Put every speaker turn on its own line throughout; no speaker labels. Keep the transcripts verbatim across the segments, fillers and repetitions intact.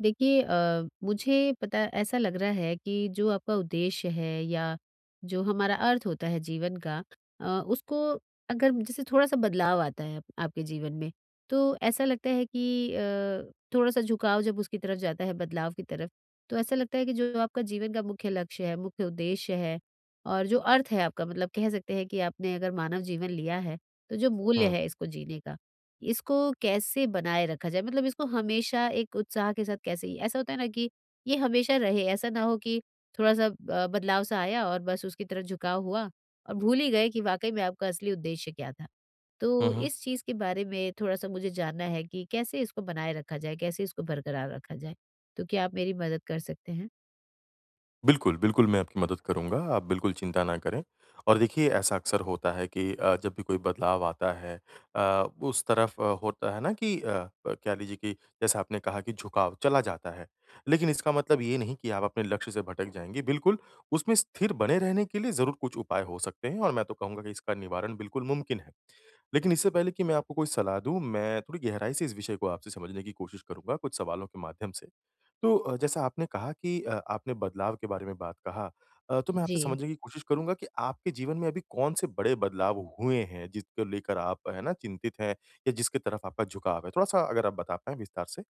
देखिए अ, मुझे पता ऐसा लग रहा है कि जो आपका उद्देश्य है या जो हमारा अर्थ होता है जीवन का, अ, उसको अगर जैसे थोड़ा सा बदलाव आता है आप- आपके जीवन में, तो ऐसा लगता है कि अ, थोड़ा सा झुकाव जब उसकी तरफ जाता है बदलाव की तरफ, तो ऐसा लगता है कि जो आपका जीवन का मुख्य लक्ष्य है, मुख्य उद्देश्य है, और जो अर्थ है आपका, मतलब कह सकते हैं कि आपने अगर मानव जीवन लिया है तो जो मूल्य
हुँ।
है इसको जीने का, इसको कैसे बनाए रखा जाए? मतलब इसको हमेशा एक उत्साह के साथ कैसे, ऐसा होता है ना कि ये हमेशा रहे, ऐसा ना हो कि थोड़ा-सा अ, बदलाव सा आया और बस उसकी तरफ झुकाव हुआ और भूल ही गए कि वाक़ई में आपका असली उद्देश्य क्या था।
हुँ,
तो
हुँ।
इस चीज़ के बारे में थोड़ा-सा मुझे जानना है कि कैसे इसको बनाए रखा जाए? कैसे इसको बरकरार रखा जाए? तो क्या आप मेरी मदद कर सकते हैं?
बिल्कुल, बिल्कुल मैं आपकी मदद करूँगा, आप बिल्कुल चिंता ना करें। और देखिए ऐसा अक्सर होता है कि अ, जब भी कोई बदलाव आता है अ, उस तरफ अ, होता है ना कि अ, प कह लीजिए कि जैसा आपने कहा कि झुकाव चला जाता है। लेकिन इसका मतलब ये नहीं कि आप अपने लक्ष्य से भटक जाएँगे, बिल्कुल उसमें स्थिर बने रहने के लिए ज़रूर कुछ उपाय हो सकते हैं और मैं तो कहूँगा कि इसका निवारण बिल्कुल मुमकिन है। लेकिन इससे पहले कि मैं आपको कोई सलाह दूँ, मैं थोड़ी गहराई से इस विषय को आपसे समझने की कोशिश करूँगा कुछ सवालों के माध्यम से। तो अ, जैसा आपने कहा कि अ, आपने बदलाव के बारे में बात कहा अ, तो मैं
जी।
आपसे समझने की कोशिश करूँगा कि आपके जीवन में अभी कौन-से बड़े बदलाव हुए हैं, जिसको लेकर आप है ना चिंतित हैं या जिसकी तरफ आपका झुकाव है? थोड़ा-सा अगर आप बता पाएँ विस्तार से।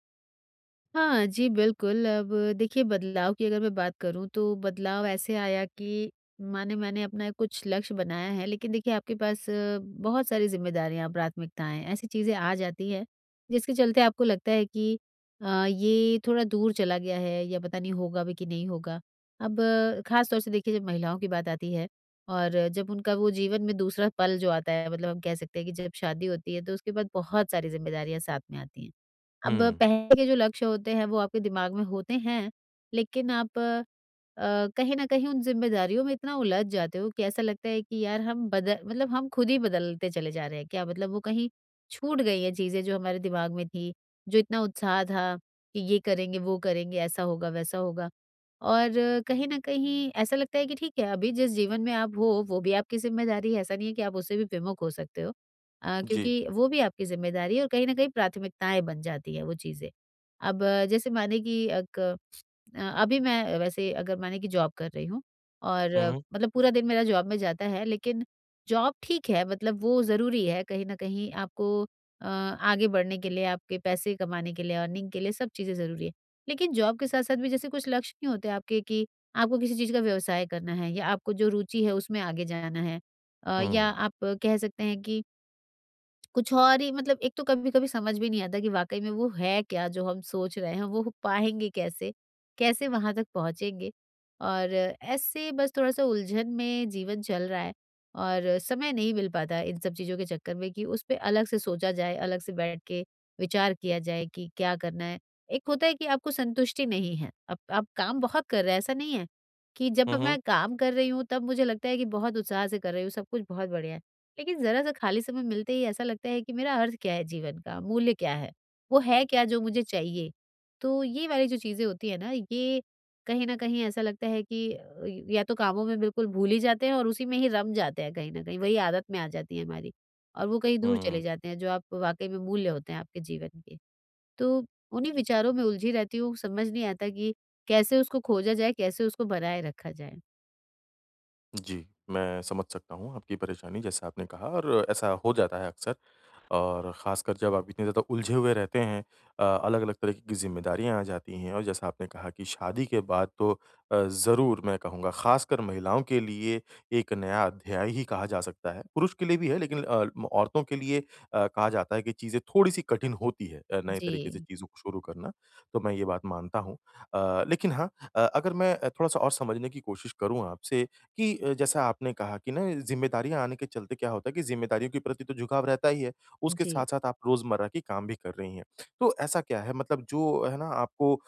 हाँ, जी, बिल्कुल। अब देखिए, बदलाव की अगर मैं बात करूँ तो बदलाव ऐसे आया कि माने मैंने अपना कुछ लक्ष्य बनाया है, लेकिन देखिए आपके पास अ, बहुत सारी ज़िम्मेदारियाँ, प्राथमिकताएँ, ऐसी चीज़ें आ जाती हैं, जिसके चलते आपको लगता है कि अ, ये थोड़ा दूर चला गया है या पता नहीं होगा भी कि नहीं होगा। अब ख़ास तौर से देखिए, जब महिलाओं की बात आती है और जब उनका वो जीवन में दूसरा पल जो आता है, मतलब हम कह सकते हैं कि जब शादी होती है तो उसके बाद बहुत सारी ज़िम्मेदारियाँ साथ में आती हैं। अब
हुँ,
पहले के जो लक्ष्य होते हैं वो आपके दिमाग में होते हैं, लेकिन आप अ, कहीं न कहीं उन ज़िम्मेदारियों में इतना उलझ जाते हो कि ऐसा लगता है कि यार हम बदल मतलब हम खुद ही बदलते चले जा रहे हैं क्या? मतलब वो कहीं छूट गई हैं चीज़ें जो हमारे दिमाग में थी, जो इतना उत्साह था कि ये करेंगे, वो करेंगे, ऐसा होगा, वैसा होगा। और कहीं न कहीं ऐसा लगता है कि ठीक है, अभी जिस जीवन में आप हो, वो भी आपकी ज़िम्मेदारी है। ऐसा नहीं है कि आप उससे भी विमुख हो सकते हो, अ,
जी।
क्योंकि वो भी आपकी ज़िम्मेदारी है और कहीं न कहीं प्राथमिकताएँ बन जाती हैं वो चीज़ें। अब अ, जैसे माने कि एक, अ, अभी मैं वैसे अगर माने कि जॉब कर रही हूँ और
हुँ,
अ,
हुँ।
मतलब पूरा दिन मेरा जॉब में जाता है, लेकिन जॉब ठीक है, मतलब वो ज़रूरी है, कहीं न कहीं आपको अ, आगे बढ़ने के लिए, आपके पैसे कमाने के लिए, अर्निंग के लिए सब चीज़ें ज़रूरी है। लेकिन जॉब के साथ-साथ भी जैसे कुछ लक्ष्य नहीं होते आपके कि आपको किसी चीज़ का व्यवसाय करना है या आपको जो रुचि है उसमें आगे जाना है। अ, या
हुँ।
आप कह सकते हैं कि कुछ और ही, मतलब एक तो कभी-कभी समझ भी नहीं आता कि वाक़ई में वो है क्या जो हम सोच रहे हैं, वो पाएँगे कैसे? कैसे वहाँ तक पहुँचेंगे? और ऐसे बस थोड़ा-सा उलझन में जीवन चल रहा है और समय नहीं मिल पाता इन सब चीज़ों के चक्कर में कि उस पे अलग से सोचा जाए, अलग से बैठ के विचार किया जाए कि क्या करना है। एक होता है कि आपको संतुष्टि नहीं है, आप आप काम बहुत कर रहे हैं, ऐसा नहीं है कि जब
हुँ, हुँ।
मैं काम कर रही हूँ तब मुझे लगता है कि बहुत उत्साह से कर रही हूँ, सब कुछ बहुत बढ़िया है। लेकिन ज़रा-सा खाली समय मिलते ही ऐसा लगता है कि मेरा अर्थ क्या है जीवन का? मूल्य क्या है? वो है क्या जो मुझे चाहिए? तो ये वाली जो चीज़ें होती हैं ना, ये कहीं न कहीं ऐसा लगता है कि अ, या तो कामों में बिल्कुल भूल ही जाते हैं और उसी में ही रम जाते हैं कहीं न कहीं, वही आदत में आ जाती है हमारी और वो कहीं दूर चले
हुँ।
जाते हैं, जो आप वाक़ई में मूल्य होते हैं आपके जीवन के। तो उन्हीं विचारों में उलझी रहती हूँ, समझ नहीं आता कि कैसे उसको खोजा जाए, कैसे उसको बनाए रखा जाए?
जी, मैं समझ सकता हूँ आपकी परेशानी जैसा आपने कहा और ऐसा हो जाता है अक्सर और ख़ासकर जब आप इतने ज़्यादा उलझे हुए रहते हैं अ, अलग-अलग तरीके की ज़िम्मेदारियाँ आ जाती हैं और जैसा आपने कहा कि शादी के बाद तो अ, ज़रूर मैं कहूँगा ख़ासकर महिलाओं के लिए एक नया अध्याय ही कहा जा सकता है। पुरुष के लिए भी है लेकिन अ, म औरतों के लिए अ, कहा जाता है कि चीज़ें थोड़ी-सी कठिन होती है अ, नए तरीके से
जी।
चीज़ों को शुरू करना, तो मैं ये बात मानता हूँ। अ, लेकिन हाँ अ, अगर मैं अ, थोड़ा-सा और समझने की कोशिश करूँ आपसे कि अ, जैसा आपने कहा कि ना ज़िम्मेदारियाँ आने के चलते क्या होता है कि ज़िम्मेदारियों के प्रति तो झुकाव रहता ही है, उसके
जी।
साथ-साथ आप रोज़मर्रा के काम भी कर रही हैं। तो ऐसा क्या है मतलब जो है ना आपको अ,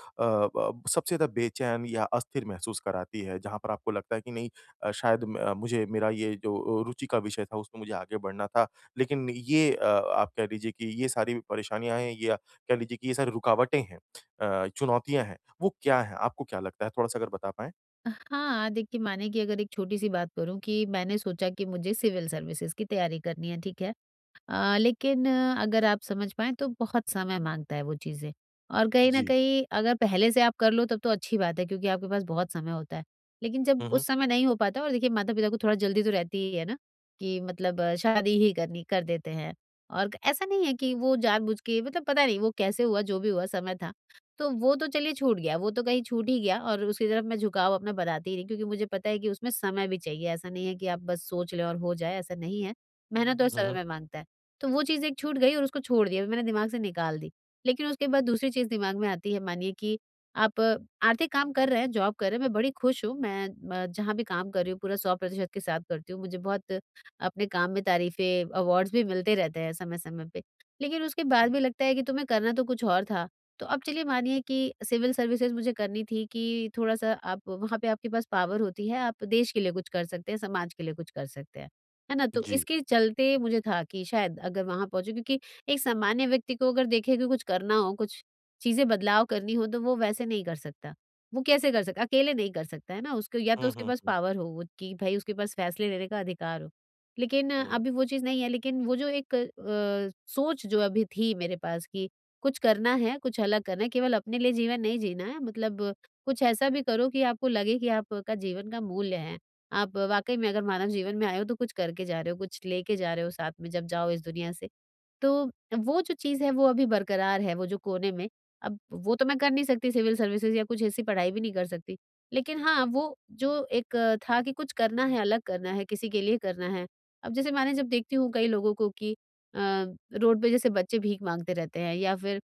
ब सबसे ज़्यादा बेचैन या अस्थिर महसूस कराती है? जहाँ पर आपको लगता है कि नहीं अ, शायद म अ, मुझे मेरा ये जो अ, रुचि का विषय था उसमें मुझे आगे बढ़ना था, लेकिन ये अ, आप कह लीजिए कि ये सारी परेशानियाँ हैं या कह लीजिए कि ये सारी रुकावटें हैं अ, चुनौतियाँ हैं, वो क्या हैं? आपको क्या लगता है? थोड़ा-सा अगर बता पाएँ?
हाँ, देखिए, माने कि अगर एक छोटी-सी बात करूँ कि मैंने सोचा कि मुझे सिविल सर्विसेज़ की तैयारी करनी है, ठीक है? अ, लेकिन अ, अगर आप समझ पाएँ तो बहुत समय माँगता है वो चीज़ें। और कहीं न
जी।
कहीं अगर पहले से आप कर लो तब तो अच्छी बात है, क्योंकि आपके पास बहुत समय होता है। लेकिन जब
हुँ, हुँ।
उस समय नहीं हो पाता और देखिए, माता-पिता को थोड़ा जल्दी तो रहती ही है ना, कि मतलब अ, शादी ही करनी कर देते हैं। और ऐसा नहीं है कि वो जानबूझ के, मतलब पता नहीं वो कैसे हुआ, जो भी हुआ समय था। तो वो तो चलिए छूट गया, वो तो कहीं छूट ही गया और उसकी तरफ मैं झुकाव अपना बनाती ही नहीं, क्योंकि मुझे पता है कि उसमें समय भी चाहिए। ऐसा नहीं है कि आप बस सोच लें और हो जाए, ऐसा नहीं है। मेहनत और
हुँ, हुँ।
समय माँगता है। तो वो चीज़ एक छूट गई और उसको छोड़ दिया, मैंने दिमाग से निकाल दी। लेकिन उसके बाद दूसरी चीज़ दिमाग में आती है, मानिए कि आप आर्थिक काम कर रहे हैं, जॉब कर रहे हैं, मैं बड़ी खुश हूँ, मैं म जहाँ भी काम कर रही हूँ पूरा सौ प्रतिशत के साथ करती हूँ, मुझे बहुत अपने काम में तारीफ़ें, अवार्ड्स भी मिलते रहते हैं समय-समय पे। लेकिन उसके बाद भी लगता है कि तुम्हें करना तो कुछ और था। तो अब चलिए मानिए कि सिविल सर्विसेज़ मुझे करनी थी, कि थोड़ा-सा आप वहाँ पे, आपके पास पावर होती है, आप देश के लिए कुछ कर सकते हैं, समाज के लिए कुछ कर सकते हैं। है ना? तो
जी।
इसके चलते मुझे था कि शायद अगर वहाँ पहुँचूँ, क्योंकि एक सामान्य व्यक्ति को अगर देखें कि कुछ करना हो, कुछ चीज़ें बदलाव करनी हो, तो वो वैसे नहीं कर सकता। वो कैसे कर सकता? अकेले नहीं कर सकता, है ना? उसको या तो
हुँ,
उसके
हुँ,
पास
हुँ,
पावर हो, वो कि भई उसके पास फैसले लेने का अधिकार हो। लेकिन अ,
हुँ,
अभी वो चीज़ नहीं है, लेकिन वो जो एक अ, सोच जो अभी थी मेरे पास कि कुछ करना है, कुछ अलग करना है, केवल अपने लिए जीवन नहीं जीना है, मतलब कुछ ऐसा भी करो कि आपको लगे कि आपका जीवन का मूल्य है। आप वाक़ई में अगर मानव जीवन में आए हो तो कुछ करके जा रहे हो, कुछ लेके जा रहे हो साथ में, जब जाओ इस दुनिया से। तो वो जो चीज़ है वो अभी बरकरार है, वो जो कोने में। अब वो तो मैं कर नहीं सकती, सिविल सर्विसेज़ या कुछ ऐसी पढ़ाई भी नहीं कर सकती। लेकिन हाँ, वो जो एक अ, था कि कुछ करना है, अलग करना है, किसी के लिए करना है। अब जैसे मैंने, जब देखती हूँ कई लोगों को कि अ, रोड पे जैसे बच्चे भीख माँगते रहते हैं या फिर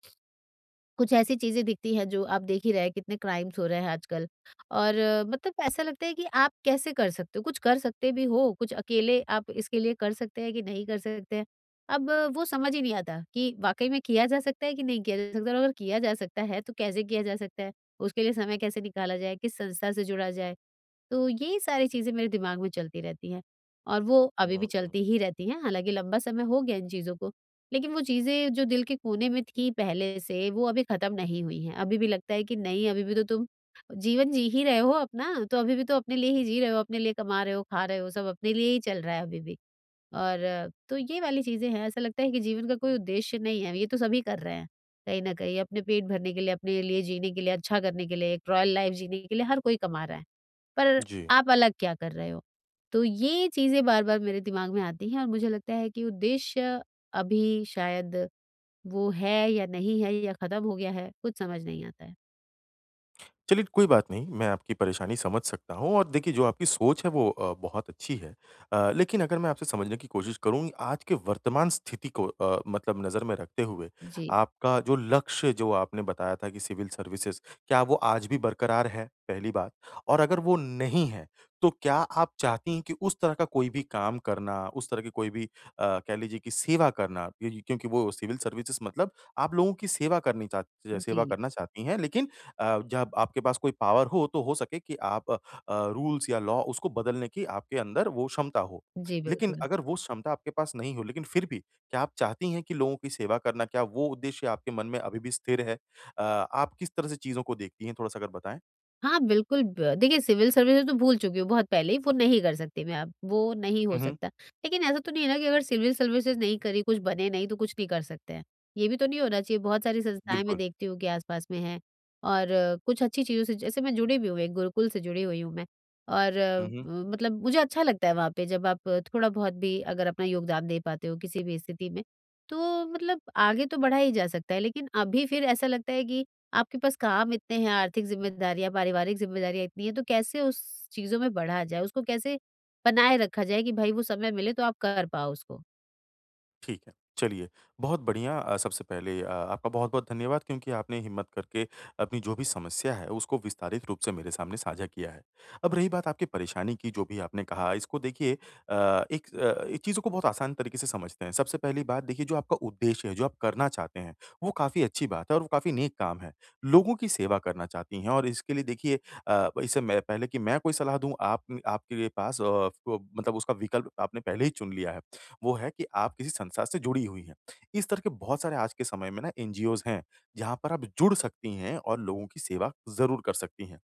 कुछ ऐसी चीज़ें दिखती हैं, जो आप देख ही रहे हैं, कितने क्राइम्स हो रहे हैं आजकल, और अ, मतलब ऐसा लगता है कि आप कैसे कर सकते हो? कुछ कर सकते भी हो, कुछ अकेले आप इसके लिए कर सकते हैं कि नहीं कर सकते हैं। अब अ, वो समझ ही नहीं आता कि वाक़ई में किया जा सकता है कि नहीं किया जा सकता, और अगर किया जा सकता है तो कैसे किया जा सकता है? उसके लिए समय कैसे निकाला जाए? किस संस्था से जुड़ा जाए? तो ये सारी चीज़ें मेरे दिमाग में चलती रहती हैं और वो
हुँ,
अभी
हुँ,
भी
हुँ।
चलती ही रहती हैं, हालाँकि लंबा समय हो गया इन चीज़ों को। लेकिन वो चीज़ें जो दिल के कोने में थी पहले से, वो अभी ख़त्म नहीं हुई हैं। अभी भी लगता है कि नहीं, अभी भी तो तुम जीवन जी ही रहे हो अपना, तो अभी भी तो अपने लिए ही जी रहे हो, अपने लिए कमा रहे हो, खा रहे हो, सब अपने लिए ही चल रहा है अभी भी। और अ, तो ये वाली चीज़ें हैं, ऐसा लगता है कि जीवन का कोई उद्देश्य नहीं है, ये तो सभी कर रहे हैं कहीं न कहीं। अपने पेट भरने के लिए, अपने लिए जीने के लिए, अच्छा करने के लिए, एक रॉयल लाइफ़ जीने के लिए हर कोई कमा रहा है। पर
जी।
आप अलग क्या कर रहे हो? तो ये चीज़ें बार-बार मेरे दिमाग में आती हैं और मुझे लगता है कि उद्देश्य अभी शायद वो है या नहीं है या खत्म हो गया है, कुछ समझ नहीं आता है।
चलिए, कोई बात नहीं, मैं आपकी परेशानी समझ सकता हूँ और देखिए जो आपकी सोच है वो अ, बहुत अच्छी है। अ, लेकिन अगर मैं आपसे समझने की कोशिश करूँ आज के वर्तमान स्थिति को अ, मतलब नज़र में रखते हुए,
जी,
आपका जो लक्ष्य जो आपने बताया था कि सिविल सर्विसेज़, क्या वो आज भी बरकरार है? पहली बात और अगर वो नहीं है, तो क्या आप चाहती हैं कि उस तरह का कोई भी काम करना, उस तरह की कोई भी अ, कह लीजिए कि सेवा करना, क्योंकि क्योंकि वो सिविल सर्विसेज़ मतलब आप लोगों की सेवा करनी चाह सेवा
जी,
करना चाहती हैं लेकिन अ, जब आपके पास कोई पावर हो तो हो सके कि आप अ, रूल्स या लॉ उसको बदलने की आपके अंदर वो क्षमता हो।
जी
लेकिन
बिल्कुल।
अगर वो क्षमता आपके पास नहीं हो लेकिन फिर भी क्या आप चाहती हैं कि लोगों की सेवा करना क्या वो उद्देश्य आपके मन में अभी भी स्थिर है? अ, आप किस तरह से चीज़ों को देखती हैं? थोड़ा-सा अगर बताएँ?
हाँ, बिल्कुल। ब देखिए, सिविल सर्विसेज़ तो भूल चुकी हूँ बहुत पहले ही, वो नहीं कर सकती मैं अब, वो नहीं हो
हुँ, हुँ।
सकता। लेकिन ऐसा तो नहीं है ना कि अगर सिविल सर्विसेज़ नहीं करी, कुछ बने नहीं तो कुछ नहीं कर सकते हैं। ये भी तो नहीं होना चाहिए, बहुत सारी संस्थाएँ मैं
बिल्कुल।
देखती हूँ कि आस-पास में हैं, और अ, कुछ अच्छी चीज़ों से जैसे मैं जुड़ी भी हूँ, एक गुरुकुल से जुड़ी हुई हूँ मैं और अ,
हुँ, हुँ।
म- मतलब मुझे अच्छा लगता है वहाँ पे जब आप थोड़ा-बहुत भी अगर अपना योगदान दे पाते हो किसी भी स्थिति में, तो मतलब आगे तो बढ़ा ही जा सकता है। लेकिन अभी फिर ऐसा लगता है कि आपके पास काम इतने हैं, आर्थिक ज़िम्मेदारियाँ, पारिवारिक ज़िम्मेदारियाँ इतनी हैं, तो कैसे उस चीज़ों में बढ़ा जाए? उसको कैसे बनाए रखा जाए कि भई वो समय मिले तो आप कर पाओ उसको?
ठीक है, चलिए, बहुत बढ़िया अ, सबसे पहले अ, आपका बहुत-बहुत धन्यवाद क्योंकि आपने हिम्मत करके अपनी जो भी समस्या है, उसको विस्तारित रूप से मेरे सामने साझा किया है। अब रही बात आपकी परेशानी की, जो भी आपने कहा, इसको देखिए अ, एक अ, एक चीज़ों को बहुत आसान तरीके से समझते हैं। सबसे पहली बात देखिए, जो आपका उद्देश्य है, जो आप करना चाहते हैं, वो काफ़ी अच्छी बात है और वो काफ़ी नेक काम है। लोगों की सेवा करना चाहती हैं और इसके लिए देखिए अ, इससे मैं पहले कि मैं कोई सलाह दूँ, आप आपके पास अ, फ मतलब उसका विकल्प आपने पहले ही चुन लिया है। वो है कि आप किसी संस्था से जुड़ी हुई हैं। इस तरह के बहुत सारे आज के समय में ना एनजीओज़ हैं, जहाँ पर आप जुड़ सकती हैं और लोगों की सेवा ज़रूर कर सकती हैं।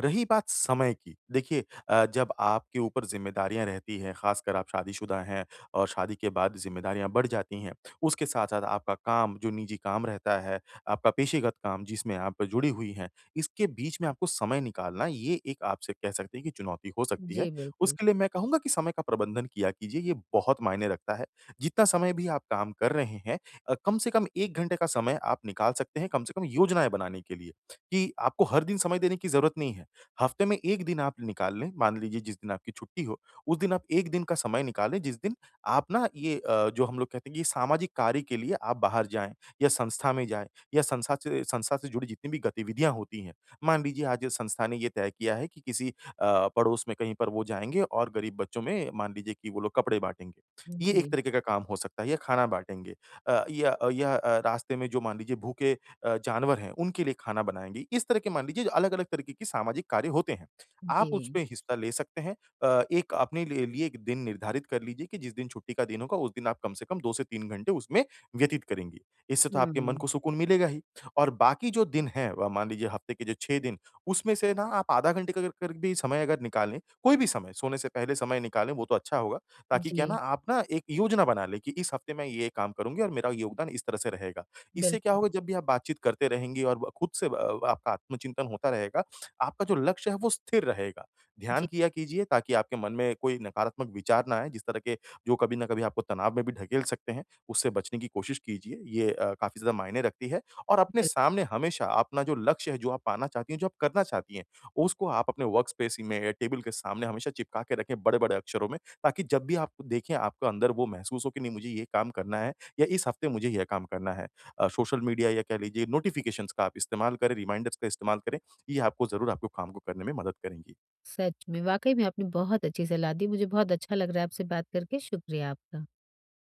रही बात समय की, देखिए अ, जब आपके ऊपर ज़िम्मेदारियाँ रहती हैं, ख़ासकर आप शादीशुदा हैं और शादी के बाद ज़िम्मेदारियाँ बढ़ जाती हैं, उसके साथ-साथ आपका काम जो निजी काम रहता है, आपका पेशेगत काम जिसमें आप जुड़ी हुई हैं, इसके बीच में आपको समय निकालना ये एक आप से कह सकते हैं कि चुनौती हो सकती है।
जी, बिल्कुल।
उसके लिए मैं कहूँगा कि समय का प्रबंधन किया कीजिए, ये बहुत मायने रखता है। जितना समय भी आप काम कर रहे हैं अ, कम से कम एक घंटे का समय आप निकाल सकते हैं, कम से कम योजनाएँ बनाने के लिए, कि आपको हर दिन समय देने की ज़रूरत नहीं है। हफ्ते में एक दिन आप निकाल लें, मान लीजिए जिस दिन आपकी छुट्टी हो, उस दिन आप एक दिन का समय निकालें, जिस दिन आप ना ये अ, जो हम लोग कहते हैं कि ये सामाजिक कार्य के लिए आप बाहर जाएँ या संस्था में जाएँ या संस्था से संस्था से जुड़ी जितनी भी गतिविधियाँ होती हैं। मान लीजिए आज ये संस्था ने ये तय किया है कि किसी अ, पड़ोस में कहीं पर वो जाएँगे और गरीब बच्चों में मान लीजिए कि वो लोग कपड़े बाँटेंगे।
जी,
ये एक
जी।
तरीके का काम हो सकता है या खाना बाँटेंगे अ, या अ, या अ, रास्ते में जो मान लीजिए भूखे अ, जानवर हैं, उनके लिए खाना बनाएँगे। इस तरह के मान लीजिए अलग-अलग तरीके के सामाजिक कार्य होते हैं। आप उसपे हिस्सा ले सकते हैं। अ, एक अपने लिए लिए एक दिन निर्धारित कर लीजिए कि जिस दिन छुट्टी का दिन होगा उस दिन आप कम से कम दो से तीन घंटे उसमें व्यतीत करेंगी। इससे तो आपके मन
हुँ।
को सुकून मिलेगा ही और बाकी जो दिन हैं अ, मान लीजिए हफ्ते के जो छह दिन उसमें से ना आप आधा घंटे का अगर कर भी समय अगर निकालें, कोई भी समय, सोने से पहले समय निकालें वो तो अच्छा होगा, ताकि क्या है ना
जी,
आप ना एक योजना बना लें कि इस हफ्ते मैं ये काम करूँगी और मेरा योगदान इस तरह से रहेगा। इससे क्या
बिल्कुल।
होगा जब भी आप बातचीत करते रहेंगे और ब खुद से ब आपका आत्मचिंतन होता रहेगा, आपका जो लक्ष्य है वो स्थिर रहेगा। ध्यान
जी,
किया कीजिए ताकि आपके मन में कोई नकारात्मक विचार ना आएँ, जिस तरह के जो कभी न कभी आपको तनाव में भी ढकेल सकते हैं, उससे बचने की कोशिश कीजिए। ये अ, काफ़ी ज़्यादा मायने रखती है। और अपने
बिल्कुल।
सामने हमेशा अपना जो लक्ष्य है, जो आप पाना चाहती हैं, जो आप करना चाहती हैं, उसको आप अपने वर्क स्पेस में या टेबल के सामने हमेशा चिपका के रखें बड़े-बड़े अक्षरों में, ताकि जब भी आप देखें, आपको अंदर वो महसूस हो कि नहीं मुझे ये काम करना है या इस हफ्ते मुझे यह काम करना है। अ, सोशल मीडिया या कह लीजिए नोटिफ़िकेशंस का आप इस्तेमाल करें, रिमाइंडर्स का इस्तेमाल करें, ये आपको ज़रूर आपको काम को करने में मदद करेंगी।
सच में, वाक़ई में आपने बहुत अच्छी सलाह दी। मुझे बहुत अच्छा लग रहा है आपसे बात करके। शुक्रिया आपका।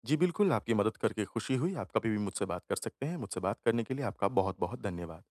जी बिल्कुल, आपकी मदद करके खुशी हुई। आप कभी भी मुझसे बात कर सकते हैं। मुझसे बात करने के लिए आपका बहुत-बहुत धन्यवाद।